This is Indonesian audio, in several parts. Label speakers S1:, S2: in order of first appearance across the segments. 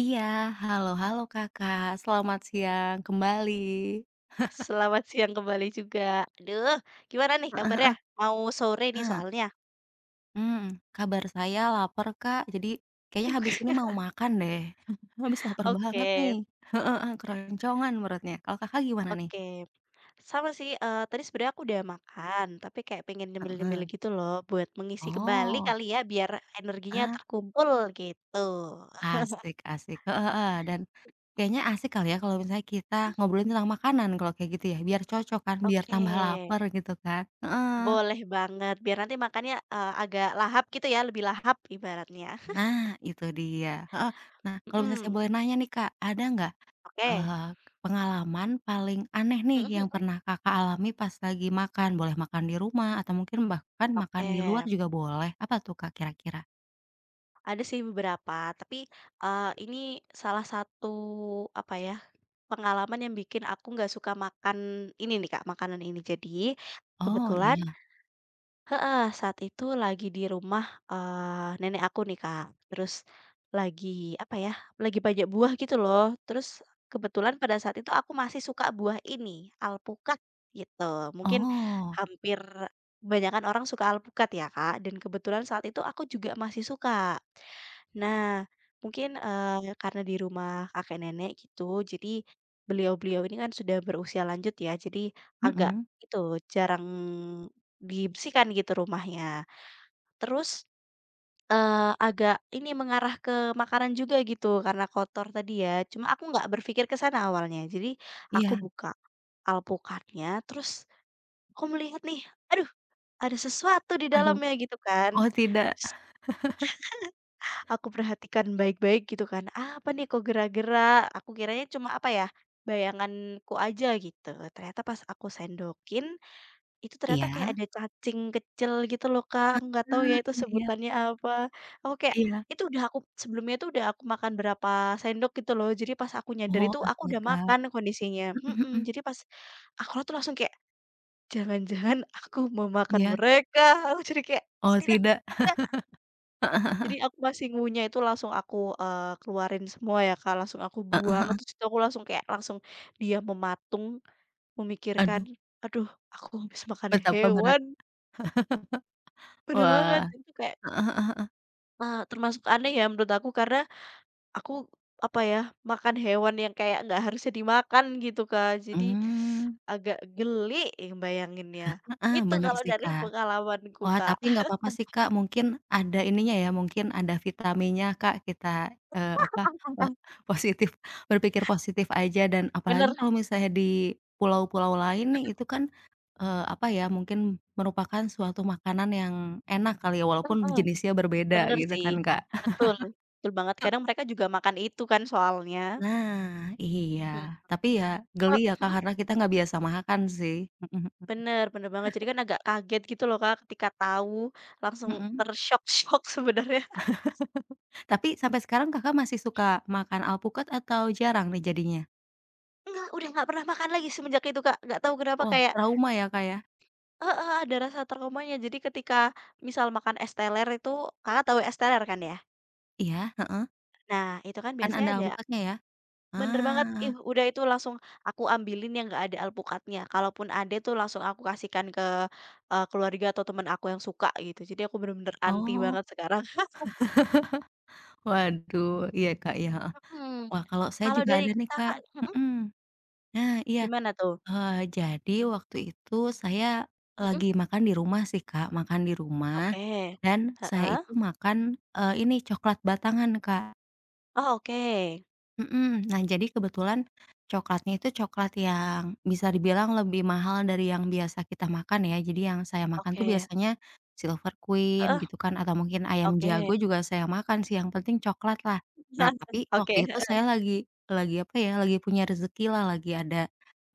S1: Iya, halo halo Kakak, selamat siang kembali.
S2: Selamat siang kembali juga. Aduh, gimana nih
S1: Heeh
S2: kabarnya? Mau sore nih
S1: heeh.
S2: soalnya.
S1: Mhm, Kabar saya lapar Kak, jadi kayaknya habis ini mau makan deh. Habis lapar banget nih.
S2: Oke,
S1: Heeh heeh, keroncongan perutnya. Kalau Kakak gimana nih?
S2: oke. Sama sih, tadi sebenarnya aku udah makan, tapi kayak pengen nyemil-nyemil
S1: Heeh.
S2: gitu loh buat mengisi kembali
S1: Oh,
S2: kali ya, biar energinya
S1: ah,
S2: terkumpul gitu.
S1: asik asik, heeh heeh, dan kayaknya asik kali ya kalau misalnya kita ngobrolin tentang makanan kalau kayak gitu ya, biar cocok kan, biar
S2: Oke,
S1: tambah lapar gitu kan. Heeh,
S2: boleh banget. Biar nanti makannya, agak lahap gitu ya, lebih lahap ibaratnya.
S1: nah itu dia, heeh. Nah, kalau misalnya saya
S2: Mhm,
S1: boleh nanya nih Kak, ada nggak
S2: oke.
S1: Eee, pengalaman paling aneh nih
S2: Mhm
S1: yang
S2: mhm.
S1: pernah Kakak alami pas lagi makan, boleh makan di rumah atau mungkin bahkan makan di luar
S2: Oke.
S1: juga boleh, apa tuh Kak kira-kira?
S2: Ada sih beberapa, tapi, ini salah satu, apa ya, pengalaman yang bikin aku nggak suka makan ini nih Kak, makanan ini. Jadi,
S1: Oh
S2: kebetulan
S1: iya,
S2: heeh, saat itu lagi di rumah, nenek aku nih, Kak. Terus lagi, lagi banyak buah gitu loh. Terus kebetulan pada saat itu aku masih suka buah ini, alpukat gitu. Mungkin
S1: oh,
S2: hampir kebanyakan orang suka alpukat ya, Kak, dan kebetulan saat itu aku juga masih suka. Nah, mungkin, karena di rumah kakek nenek gitu, jadi beliau-beliau ini kan sudah berusia lanjut ya, jadi agak
S1: mhm,
S2: itu jarang dibersihkan gitu rumahnya. Terus, agak ini mengarah ke makanan juga gitu karena kotor tadi ya, cuma aku nggak berpikir ke sana awalnya. Jadi aku
S1: iya,
S2: buka alpukatnya, terus aku melihat nih, aduh ada sesuatu di
S1: aduh,
S2: dalamnya gitu kan.
S1: oh tidak,
S2: Terus aku perhatikan baik-baik gitu kan, apa nih kok gerak-gerak, aku kiranya cuma apa ya, bayanganku aja gitu. Ternyata pas aku sendokin itu ternyata kayak
S1: iya?
S2: ada cacing kecil gitu loh, Kak, aku nggak tahu ya
S1: Ah,
S2: itu
S1: iya iya
S2: sebutannya apa. Aku kayak
S1: iya,
S2: itu udah aku sebelumnya itu udah aku makan berapa sendok gitu loh, jadi pas aku nyadar
S1: oh
S2: itu aku udah
S1: astaga,
S2: makan kondisinya,
S1: mhm mhm,
S2: jadi pas aku tuh langsung kayak, "Jangan-jangan aku memakan
S1: iya,
S2: mereka," aku jadi kayak, "Oh
S1: oh
S2: tidak,
S1: tidak,
S2: tidak."
S1: heeh
S2: Jadi aku masih ngunyah itu langsung aku, keluarin semua ya, Kak, langsung aku buang,
S1: heeh,
S2: terus itu aku langsung kayak langsung diam mematung, memikirkan,
S1: aduh
S2: "Aduh, aku habis makan
S1: betapa berat,
S2: hewan." Bener
S1: wah,
S2: banget, itu kayak,
S1: heeh heeh heeh,
S2: termasuk aneh ya menurut aku karena aku, apa ya, makan hewan yang kayak nggak harusnya dimakan gitu, Kak. Jadi
S1: mmm,
S2: agak geli ya bayanginnya.
S1: heeh,
S2: Itu
S1: bener
S2: kalau
S1: sih
S2: dari
S1: Kak.
S2: pengalamanku,
S1: Wah,
S2: Kak.
S1: tapi nggak apa-apa sih, Kak, mungkin ada ininya ya, mungkin ada vitaminnya, Kak, kita, apa, po positif berpikir positif aja dan
S2: Bener,
S1: apalagi kalau misalnya di pulau-pulau lain nih, itu kan, apa ya, mungkin merupakan suatu makanan yang enak kali ya, walaupun
S2: heeh,
S1: jenisnya berbeda
S2: bener
S1: gitu
S2: sih,
S1: kan, Kak.
S2: betul, betul banget. Kadang mereka juga makan itu kan soalnya.
S1: Nah, iya,
S2: Mhm,
S1: tapi ya geli
S2: kalau
S1: ya, Kak, karena kita nggak biasa makan sih. Mhm mhm.
S2: bener bener banget. Jadi kan agak kaget gitu loh, Kak, ketika tahu langsung
S1: Mhm.
S2: tersyok-syok sebenarnya.
S1: Tapi sampai sekarang Kakak masih suka makan alpukat atau jarang nih jadinya?
S2: Enggak, udah nggak pernah makan lagi semenjak itu, Kak. Nggak tahu kenapa
S1: Oh
S2: kayak
S1: trauma ya, Kak, ya?
S2: heeh, ada rasa traumanya. Jadi ketika misal makan es teler itu Kakak tahu es teler kan ya?
S1: Iya, heeh,
S2: Nah, itu kan
S1: kan
S2: biasanya
S1: ada
S2: ada
S1: alpukatnya ya?
S2: bener banget, ih,
S1: Ah,
S2: udah itu langsung aku ambilin yang nggak ada alpukatnya. Kalaupun ada tuh langsung aku kasihkan ke, keluarga atau temen aku yang suka gitu. Jadi aku bener-bener anti
S1: oh,
S2: banget sekarang.
S1: waduh, iya, Kak, iya, heeh.
S2: Mhm.
S1: Wah, kalau saya
S2: Kalau
S1: juga
S2: dari
S1: ada nih, Kak,
S2: Kakak mhm,
S1: mhm, nah, iya,
S2: gimana tuh?
S1: jadi waktu itu saya
S2: Mhm,
S1: lagi makan di rumah sih, Kak, makan di rumah
S2: oke.
S1: dan saya
S2: Heeh.
S1: itu makan, ini coklat batangan, Kak.
S2: Oh, oke.
S1: Mhm. Nah, jadi kebetulan coklatnya itu coklat yang bisa dibilang lebih mahal dari yang biasa kita makan ya. Jadi yang saya makan tuh
S2: Oke.
S1: biasanya Silver Queen
S2: Heeh,
S1: gitu kan atau mungkin ayam
S2: oke.
S1: jago juga saya makan sih, yang penting coklat lah. Nah, tapi
S2: Oke,
S1: waktu itu
S2: heeh,
S1: saya lagi apa ya, lagi punya rezeki lah lagi ada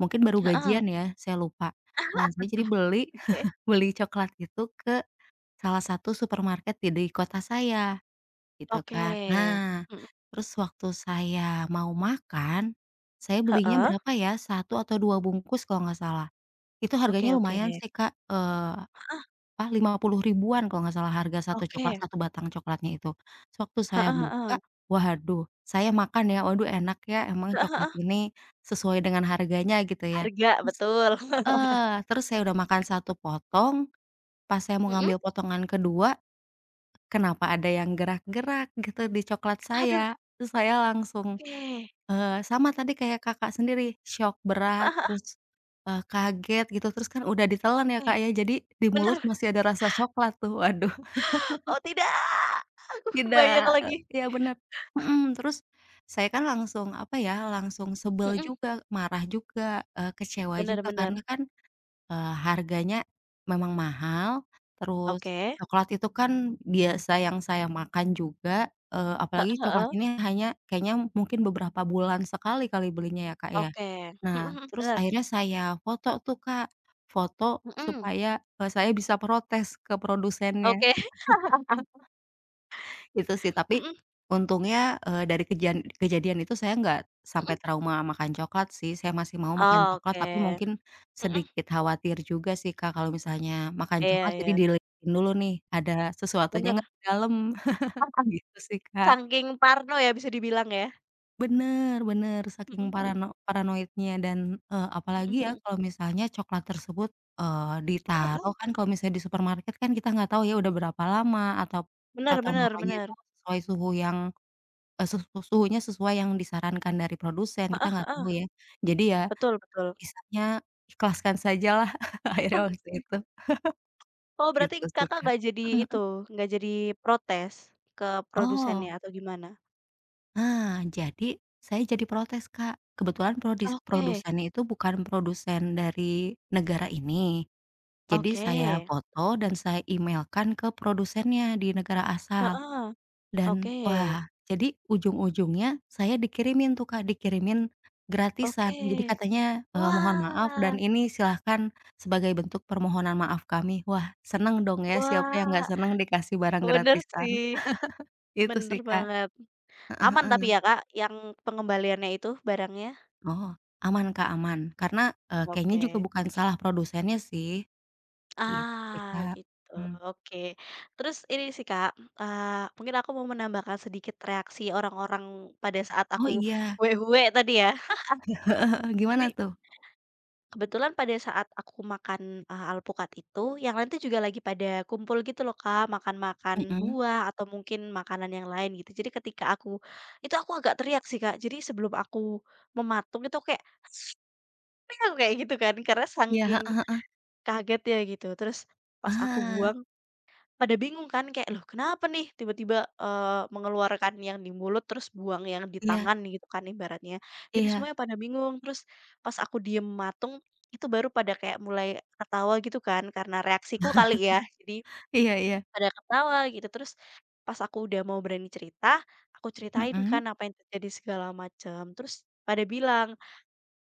S1: mungkin baru gajian
S2: heeh.
S1: ya, saya lupa. Nah, saya jadi beli
S2: Oke,
S1: beli coklat itu ke salah satu supermarket di kota saya. Gitu
S2: oke,
S1: kan. Nah,
S2: mhm,
S1: terus waktu saya mau makan, saya belinya
S2: heeh,
S1: berapa ya, satu atau 2 bungkus kalau nggak salah. Itu
S2: oke
S1: harganya
S2: oke,
S1: lumayan
S2: heeh,
S1: sih Kak, apa, Rp50.000-an kalau nggak salah harga satu coklat,
S2: oke,
S1: satu batang coklatnya itu. Terus
S2: heeh
S1: saya buka,
S2: heeh,
S1: waduh, saya makan ya, "Waduh enak ya, emang
S2: heeh
S1: coklat
S2: heeh,
S1: ini sesuai dengan harganya," gitu ya.
S2: harga,
S1: Terus
S2: betul.
S1: heeh, terus saya udah makan satu potong, pas saya mau
S2: Mhm,
S1: ngambil potongan kedua. Kenapa ada yang gerak-gerak gitu di coklat
S2: aduh,
S1: saya. Terus saya langsung,
S2: oke,
S1: sama tadi kayak Kakak sendiri, syok
S2: heeh
S1: berat,
S2: heeh,
S1: terus, kaget gitu, terus kan udah ditelan ya, Kak,
S2: oke,
S1: ya, jadi di mulut
S2: benar,
S1: masih ada rasa coklat tuh, waduh,
S2: oh tidak, kebayang
S1: tidak,
S2: lagi,
S1: iya bener, mhm, terus saya kan langsung, apa ya, langsung sebel
S2: mhm,
S1: juga, marah juga, kecewa
S2: bener
S1: juga
S2: bener,
S1: karena kan harganya memang mahal, terus
S2: oke,
S1: coklat itu kan biasa yang saya makan juga,
S2: heeh
S1: apalagi coklat
S2: heeh,
S1: ini hanya kayaknya mungkin beberapa bulan sekali kali belinya ya, Kak, ya.
S2: oke, mhm
S1: Nah,
S2: mhm,
S1: terus
S2: bener,
S1: akhirnya saya foto tuh, Kak, foto
S2: mhm,
S1: supaya, saya bisa protes ke produsennya.
S2: oke,
S1: Itu sih, tapi
S2: mhm
S1: untungnya, dari kejadian itu saya nggak
S2: mhm,
S1: sampai trauma makan coklat sih, saya masih mau makan coklat, tapi
S2: oke,
S1: mungkin
S2: mhm,
S1: sedikit khawatir juga sih, Kak, kalau misalnya makan
S2: iya
S1: coklat jadi
S2: iya,
S1: diliatin dulu nih, ada sesuatunya nggak
S2: bener,
S1: di dalam, gitu sih, Kak.
S2: saking parno ya bisa dibilang ya.
S1: Bener bener, saking
S2: Mhm mhm
S1: paranoidnya dan,
S2: mhm
S1: apalagi ya
S2: mhm.
S1: kalau misalnya coklat tersebut,
S2: Apa?
S1: ditaruh kan kalau misalnya di supermarket kan kita nggak tahu ya udah berapa lama
S2: Bener
S1: atau
S2: bener bener.
S1: naruhnya
S2: Bener.
S1: itu sesuai suhu yang Eee, suhu suhunya sesuai yang disarankan dari produsen, kita
S2: Heeh
S1: nggak tahu
S2: heeh.
S1: ya. Jadi ya
S2: Betul betul.
S1: kisahnya ikhlaskan sajalah akhirnya waktu itu,
S2: Oh berarti
S1: gitu sih,
S2: Kakak
S1: Kak.
S2: nggak jadi
S1: Mhm mhm.
S2: itu, nggak jadi protes ke produsennya
S1: Oh,
S2: atau gimana?
S1: nah jadi saya jadi protes, Kak. Kebetulan
S2: Oke
S1: produsennya itu bukan produsen dari negara ini. Jadi
S2: oke.
S1: saya foto dan saya emailkan ke produsennya di negara asal.
S2: Heeh.
S1: Dan
S2: Oke
S1: wah, jadi ujung-ujungnya saya dikirimin tuh, Kak, dikirimin gratisan.
S2: oke.
S1: Jadi katanya, "Mohon maaf
S2: Wah
S1: dan ini silahkan sebagai bentuk permohonan maaf kami." Wah, seneng dong ya, siapa yang nggak
S2: wah.
S1: seneng dikasih barang
S2: Bener
S1: gratisan.
S2: sih.
S1: Itu sih,
S2: Bener
S1: Kak.
S2: banget. Aman
S1: Heeh.
S2: tapi ya Kak, yang pengembaliannya itu barangnya?
S1: Oh, aman, Kak, aman. Karena, kayaknya juga
S2: Oke.
S1: bukan salah produsennya sih, gitu sih,
S2: Ah,
S1: Kak.
S2: gitu,
S1: Mmm.
S2: oke. Terus ini sih, Kak, eee, mungkin aku mau menambahkan sedikit reaksi orang-orang pada saat
S1: Oh
S2: aku
S1: iya,
S2: "hueh-hueh" tadi ya.
S1: heeh, gimana
S2: Jadi,
S1: tuh?
S2: kebetulan pada saat aku makan, alpukat itu, yang lain tuh juga lagi pada kumpul gitu loh, Kak, makan-makan
S1: Mhm.
S2: buah atau mungkin makanan yang lain gitu. Jadi ketika aku itu aku agak teriak sih, Kak. Jadi sebelum aku mematung itu aku kayak aku kayak gitu kan, karena
S1: Iya,
S2: saking
S1: heeh heeh.
S2: kaget ya gitu. Terus pas aku
S1: Ah,
S2: buang pada bingung kan kayak, "Loh kenapa nih tiba-tiba, mengeluarkan yang di mulut terus buang yang di
S1: iya
S2: tangan," gitu kan ibaratnya. Jadi
S1: iya
S2: semuanya pada bingung, terus pas aku diem matung, itu baru pada kayak mulai ketawa gitu kan karena reaksiku kali ya, jadi
S1: iya iya.
S2: pada ketawa gitu. Terus pas aku udah mau berani cerita, aku ceritain
S1: Mhm,
S2: kan apa yang terjadi segala macam, terus pada bilang,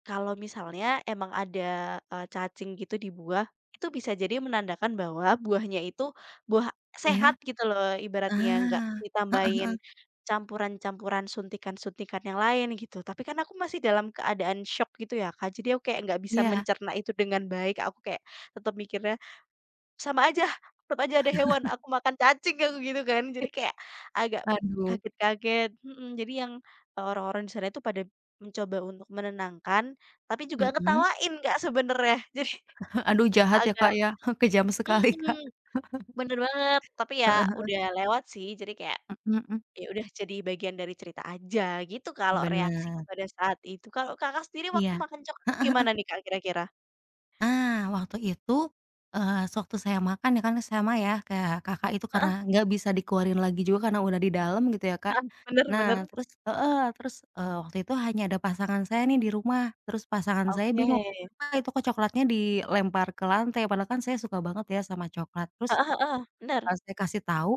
S2: kalau misalnya emang ada, cacing gitu di buah, itu bisa jadi menandakan bahwa buahnya itu buah sehat
S1: iya.
S2: gitu loh ibaratnya, nggak
S1: Ah, heeh,
S2: ditambahin campuran-campuran, suntikan-suntikan yang lain gitu. Tapi kan aku masih dalam keadaan shock gitu ya, Kak, jadi aku kayak nggak bisa
S1: iya.
S2: mencerna itu dengan baik, aku kayak tetap mikirnya sama aja, tetep aja ada hewan, aku makan cacing aku gitu kan. Jadi kayak agak
S1: Waduh,
S2: kaget-kaget, jadi yang, orang-orang di sana itu pada mencoba untuk menenangkan, tapi juga
S1: mhm,
S2: ngetawain Kak sebenernya. Jadi
S1: aduh jahat ya, Kak,
S2: agak
S1: ya, kejam sekali,
S2: mhm,
S1: Kak,
S2: bener banget, tapi ya
S1: heeh heeh,
S2: udah lewat sih, jadi kayak
S1: mhm,
S2: ya udah jadi bagian dari cerita aja gitu kalau reaksiku
S1: bener,
S2: pada saat itu. Kalau Kakak sendiri waktu
S1: iya,
S2: makan coklat
S1: heeh,
S2: gimana nih Kak kira-kira?
S1: ah, waktu itu, sewaktu saya makan ya kan sama ya kayak Kakak itu karena
S2: Heeh
S1: nggak bisa dikeluarin lagi juga karena udah di dalam gitu ya, Kak.
S2: heeh, bener
S1: Nah
S2: bener.
S1: terus heeh, terus, waktu itu hanya ada pasangan saya nih di rumah, terus pasangan saya
S2: Oke.
S1: bingung, kenapa itu kok coklatnya dilempar ke lantai padahal kan saya suka banget ya sama coklat, terus.
S2: Heeh heeh, bener.
S1: Pas saya kasih tahu,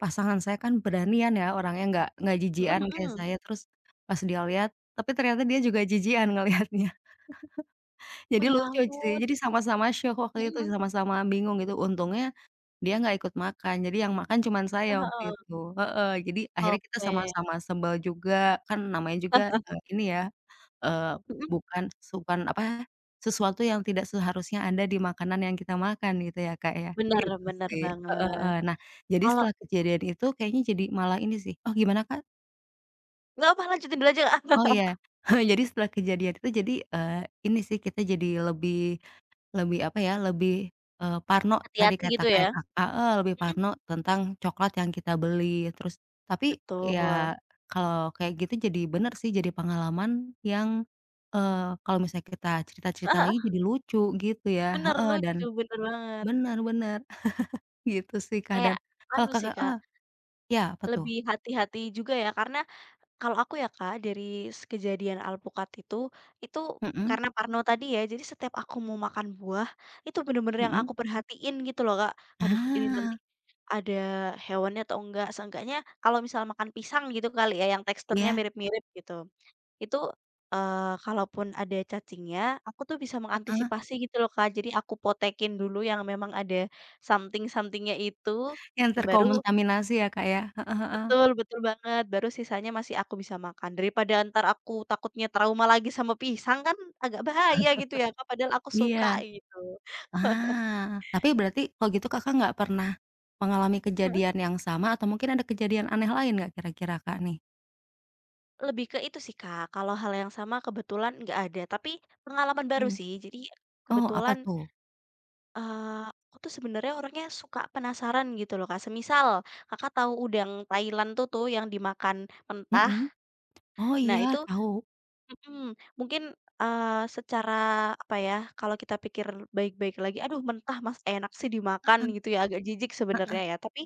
S1: pasangan saya kan beranian ya orangnya nggak
S2: Mhm
S1: jijian kayak
S2: mhm.
S1: saya, terus pas dia lihat, tapi ternyata dia juga jijian ngelihatnya.
S2: Oh,
S1: Jadi
S2: ya
S1: lucu sih,
S2: ampun.
S1: jadi sama-sama syok waktu itu,
S2: Mhm.
S1: sama-sama bingung gitu, untungnya dia nggak ikut makan, jadi yang makan cuman saya
S2: Heeh
S1: waktu
S2: heeh.
S1: itu heeh, jadi akhirnya kita
S2: Oke.
S1: sama-sama sebel juga, kan namanya juga, ini ya Eee,
S2: Mhm,
S1: bukan bukan apa, sesuatu yang tidak seharusnya ada di makanan yang kita makan gitu ya, Kak, ya,
S2: bener
S1: gitu
S2: bener
S1: sih. Heeh
S2: banget.
S1: heeh. Nah, jadi
S2: Kalau
S1: setelah kejadian itu kayaknya jadi malah ini sih oh gimana, Kak?
S2: nggak apa lanjutin dulu aja,
S1: Oh iya.
S2: Kak.
S1: Jadi setelah kejadian itu jadi, ini sih kita jadi lebih lebih apa ya, lebih, parno tadi
S2: Hati-hati
S1: kata
S2: gitu ya?
S1: kayak Kakak heeh, lebih
S2: Mhm,
S1: parno tentang coklat yang kita beli, terus tapi ya
S2: betul.
S1: kalau kayak gitu jadi bener sih, jadi pengalaman yang, kalau misalnya kita cerita-cerita
S2: Heeh
S1: lagi
S2: heeh,
S1: jadi lucu gitu ya
S2: bener
S1: heeh, dan
S2: lucu, bener banget.
S1: bener bener, gitu sih, Kak, dan
S2: Kayak
S1: kalau
S2: anu sih,
S1: Kakak heeh,
S2: Kak,
S1: iya apa tuh?
S2: lebih hati-hati juga ya karena kalau aku ya Kak, dari kejadian alpukat itu
S1: Mhm
S2: karena parno tadi ya, jadi setiap aku mau makan buah, itu bener-bener yang
S1: mhm.
S2: aku perhatiin gitu loh Kak. Aduh ini nanti
S1: Ah,
S2: ada hewannya atau enggak, seenggaknya kalau misal makan pisang gitu kali ya, yang teksturnya
S1: iya,
S2: mirip-mirip gitu. Itu, kalaupun ada cacingnya, aku tuh bisa
S1: heeh,
S2: mengantisipasi gitu loh Kak, jadi aku potekin dulu yang memang ada something somethingnya itu,
S1: yang
S2: baru
S1: terkomintaminasi ya, Kak, ya? Heeh,
S2: betul betul banget, baru sisanya masih aku bisa makan. Daripada entar aku takutnya trauma lagi sama pisang kan agak bahaya gitu ya, Kak, padahal aku suka
S1: iya.
S2: gitu.
S1: Ah, tapi berarti kalau gitu Kakak nggak pernah mengalami
S2: Mhm,
S1: kejadian yang sama atau mungkin ada kejadian aneh lain nggak kira-kira, Kak, nih?
S2: lebih ke itu sih, Kak, kalau hal yang sama kebetulan nggak ada, tapi pengalaman baru
S1: Mhm,
S2: sih. Jadi
S1: oh, apa
S2: kebetulan,
S1: tuh?
S2: aku tuh sebenarnya orangnya suka penasaran gitu loh, Kak. Semisal Kakak tahu udang Thailand tuh tuh yang dimakan mentah,
S1: Mhm, oh
S2: nah
S1: iya
S2: itu
S1: tahu,
S2: mhm, mungkin, secara apa ya, kalau kita pikir baik-baik lagi, aduh mentah Mas enak sih dimakan
S1: heeh
S2: gitu ya, agak jijik sebenarnya ya, tapi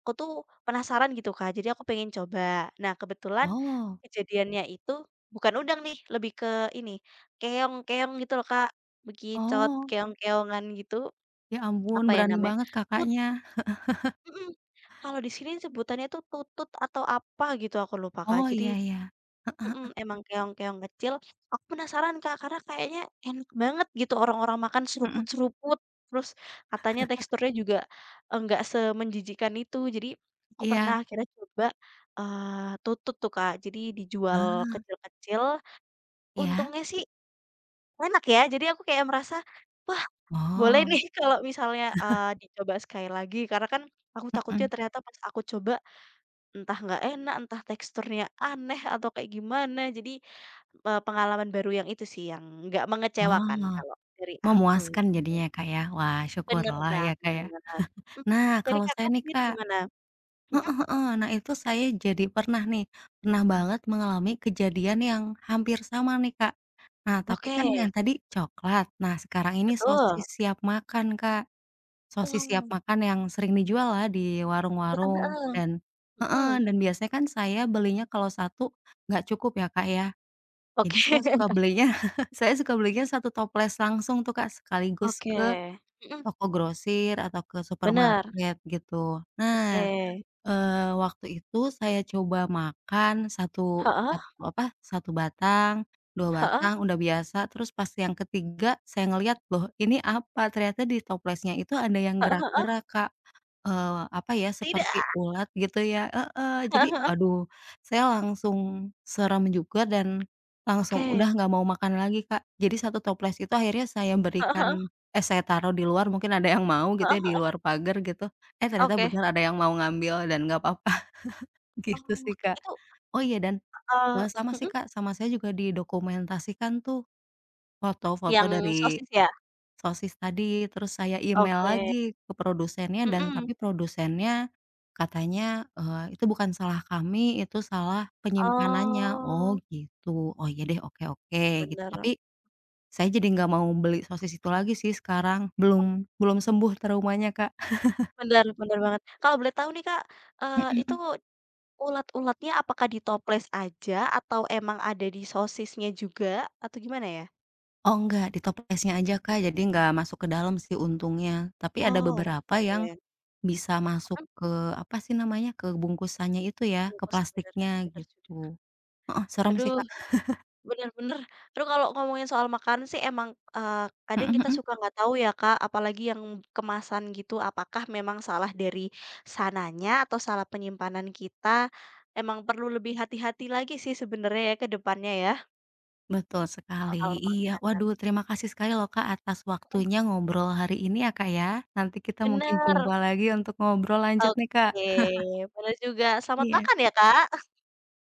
S2: aku tuh penasaran gitu Kak, jadi aku pengen coba. Nah kebetulan
S1: oh
S2: kejadiannya itu bukan udang nih, lebih ke ini, keong-keong gitu loh Kak, bekicot,
S1: oh,
S2: keong-keongan gitu,
S1: ya ampun
S2: apa ya
S1: berani
S2: namanya,
S1: banget
S2: tut
S1: Kakaknya,
S2: mhm, kalau di sini sebutannya tuh tutut atau apa gitu aku lupa Kak,
S1: oh
S2: jadi
S1: iya iya,
S2: mhm, emang keong-keong kecil. Aku penasaran, Kak, karena kayaknya enak banget gitu orang-orang makan
S1: mhm,
S2: seruput-seruput, terus katanya teksturnya juga enggak semenjijikan itu. Jadi aku pernah
S1: iya,
S2: akhirnya coba, tutut tuh, Kak, jadi dijual
S1: ah,
S2: kecil-kecil.
S1: iya?
S2: Untungnya sih enak ya, jadi aku kayak merasa, "Wah, boleh
S1: Oh,
S2: nih kalau misalnya, dicoba sekali lagi." Karena kan aku takutnya
S1: mhm,
S2: ternyata pas aku coba entah nggak enak, entah teksturnya aneh atau kayak gimana. Jadi pengalaman baru yang itu sih, yang nggak mengecewakan
S1: oh,
S2: kalau dari aku
S1: memuaskan
S2: gitu.
S1: jadinya ya, Kak, ya? Wah
S2: Bener
S1: syukurlah ya,
S2: banget.
S1: Kak, ya.
S2: Mhm,
S1: Nah
S2: dari
S1: kalau saya
S2: Kakak
S1: nih,
S2: sendiri
S1: Kak.
S2: gimana? Mhm,
S1: Heeh heeh. Nah, itu saya jadi pernah nih, pernah banget mengalami kejadian yang hampir sama nih, Kak. Nah, tapi kan yang
S2: oke,
S1: tadi coklat, nah sekarang ini sosis
S2: betul.
S1: siap makan, Kak. Sosis siap
S2: Wah,
S1: makan yang sering dijual lah di
S2: heeh
S1: warung-warung
S2: heeh,
S1: dan heeh,
S2: mhm,
S1: dan biasanya kan saya belinya kalau satu nggak cukup ya, Kak, ya.
S2: oke
S1: Jadi saya suka belinya saya suka belinya satu toples langsung tuh, Kak, sekaligus
S2: oke,
S1: ke
S2: mhm,
S1: toko grosir atau ke
S2: bener,
S1: supermarket gitu.
S2: oke.
S1: Nah waktu itu saya coba makan satu
S2: Heeh
S1: satu apa, satu batang, 2
S2: heeh,
S1: batang, udah biasa, terus pas yang ketiga saya ngelihat, loh ini apa, ternyata di toplesnya itu ada yang
S2: heeh heeh,
S1: gerak-gerak, Kak. Apa ya,
S2: tidak,
S1: seperti ulat gitu ya heeh, jadi
S2: heeh heeh,
S1: aduh, saya langsung serem juga dan langsung
S2: oke,
S1: udah nggak mau makan lagi, Kak. Jadi satu toples itu akhirnya saya
S2: heeh heeh,
S1: berikan eh, saya taruh di luar mungkin ada yang mau gitu
S2: heeh
S1: ya, di
S2: heeh,
S1: luar pagar gitu. Eh, ternyata
S2: oke.
S1: bener ada yang mau ngambil dan nggak apa-apa gitu sih,
S2: Oke,
S1: Kak.
S2: itu,
S1: Oh iya dan,
S2: eee
S1: sama sih,
S2: mhm,
S1: Kak, sama saya juga didokumentasikan tuh foto-foto
S2: yang
S1: dari
S2: sosis ya?
S1: sosis tadi, terus saya email
S2: Oke,
S1: lagi ke produsennya dan
S2: mhm,
S1: tapi produsennya katanya, "Itu bukan salah kami, itu salah penyimpanannya." Oh
S2: oh,
S1: gitu. Oh ya deh, oke oke gitu.
S2: bener.
S1: Tapi saya jadi nggak mau beli sosis itu lagi sih sekarang, belum belum sembuh traumanya, Kak.
S2: Bener bener banget. Kalau boleh tahu nih Kak,
S1: Mhm
S2: itu
S1: mhm.
S2: ulat-ulatnya apakah di toples aja atau emang ada di sosisnya juga atau gimana ya?
S1: Oh enggak, di toplesnya aja, Kak, jadi nggak masuk ke dalam sih untungnya. Tapi ada
S2: Oh,
S1: beberapa yang
S2: oke.
S1: bisa masuk
S2: Mhm,
S1: ke, apa sih namanya, ke bungkusannya itu ya, ke
S2: bungkusnya bener
S1: plastiknya
S2: bener
S1: gitu.
S2: juga.
S1: Heeh, serem sih,
S2: Aduh,
S1: Kak.
S2: bener bener. Aduh kalau ngomongin soal makanan sih emang,
S1: Mhm
S2: kadang kita
S1: mhm,
S2: suka nggak tahu ya Kak, apalagi yang kemasan gitu, apakah memang salah dari sananya atau salah penyimpanan kita. Emang perlu lebih hati-hati lagi sih sebenarnya ya ke depannya ya,
S1: betul sekali.
S2: soal
S1: Iya,
S2: makanan.
S1: waduh terima kasih sekali loh Kak atas waktunya ngobrol hari ini ya Kak ya. Nanti kita mungkin
S2: Bener,
S1: jumpa lagi untuk ngobrol lanjut nih Kak.
S2: oke, bener juga. Selamat
S1: Iya.
S2: makan ya, Kak.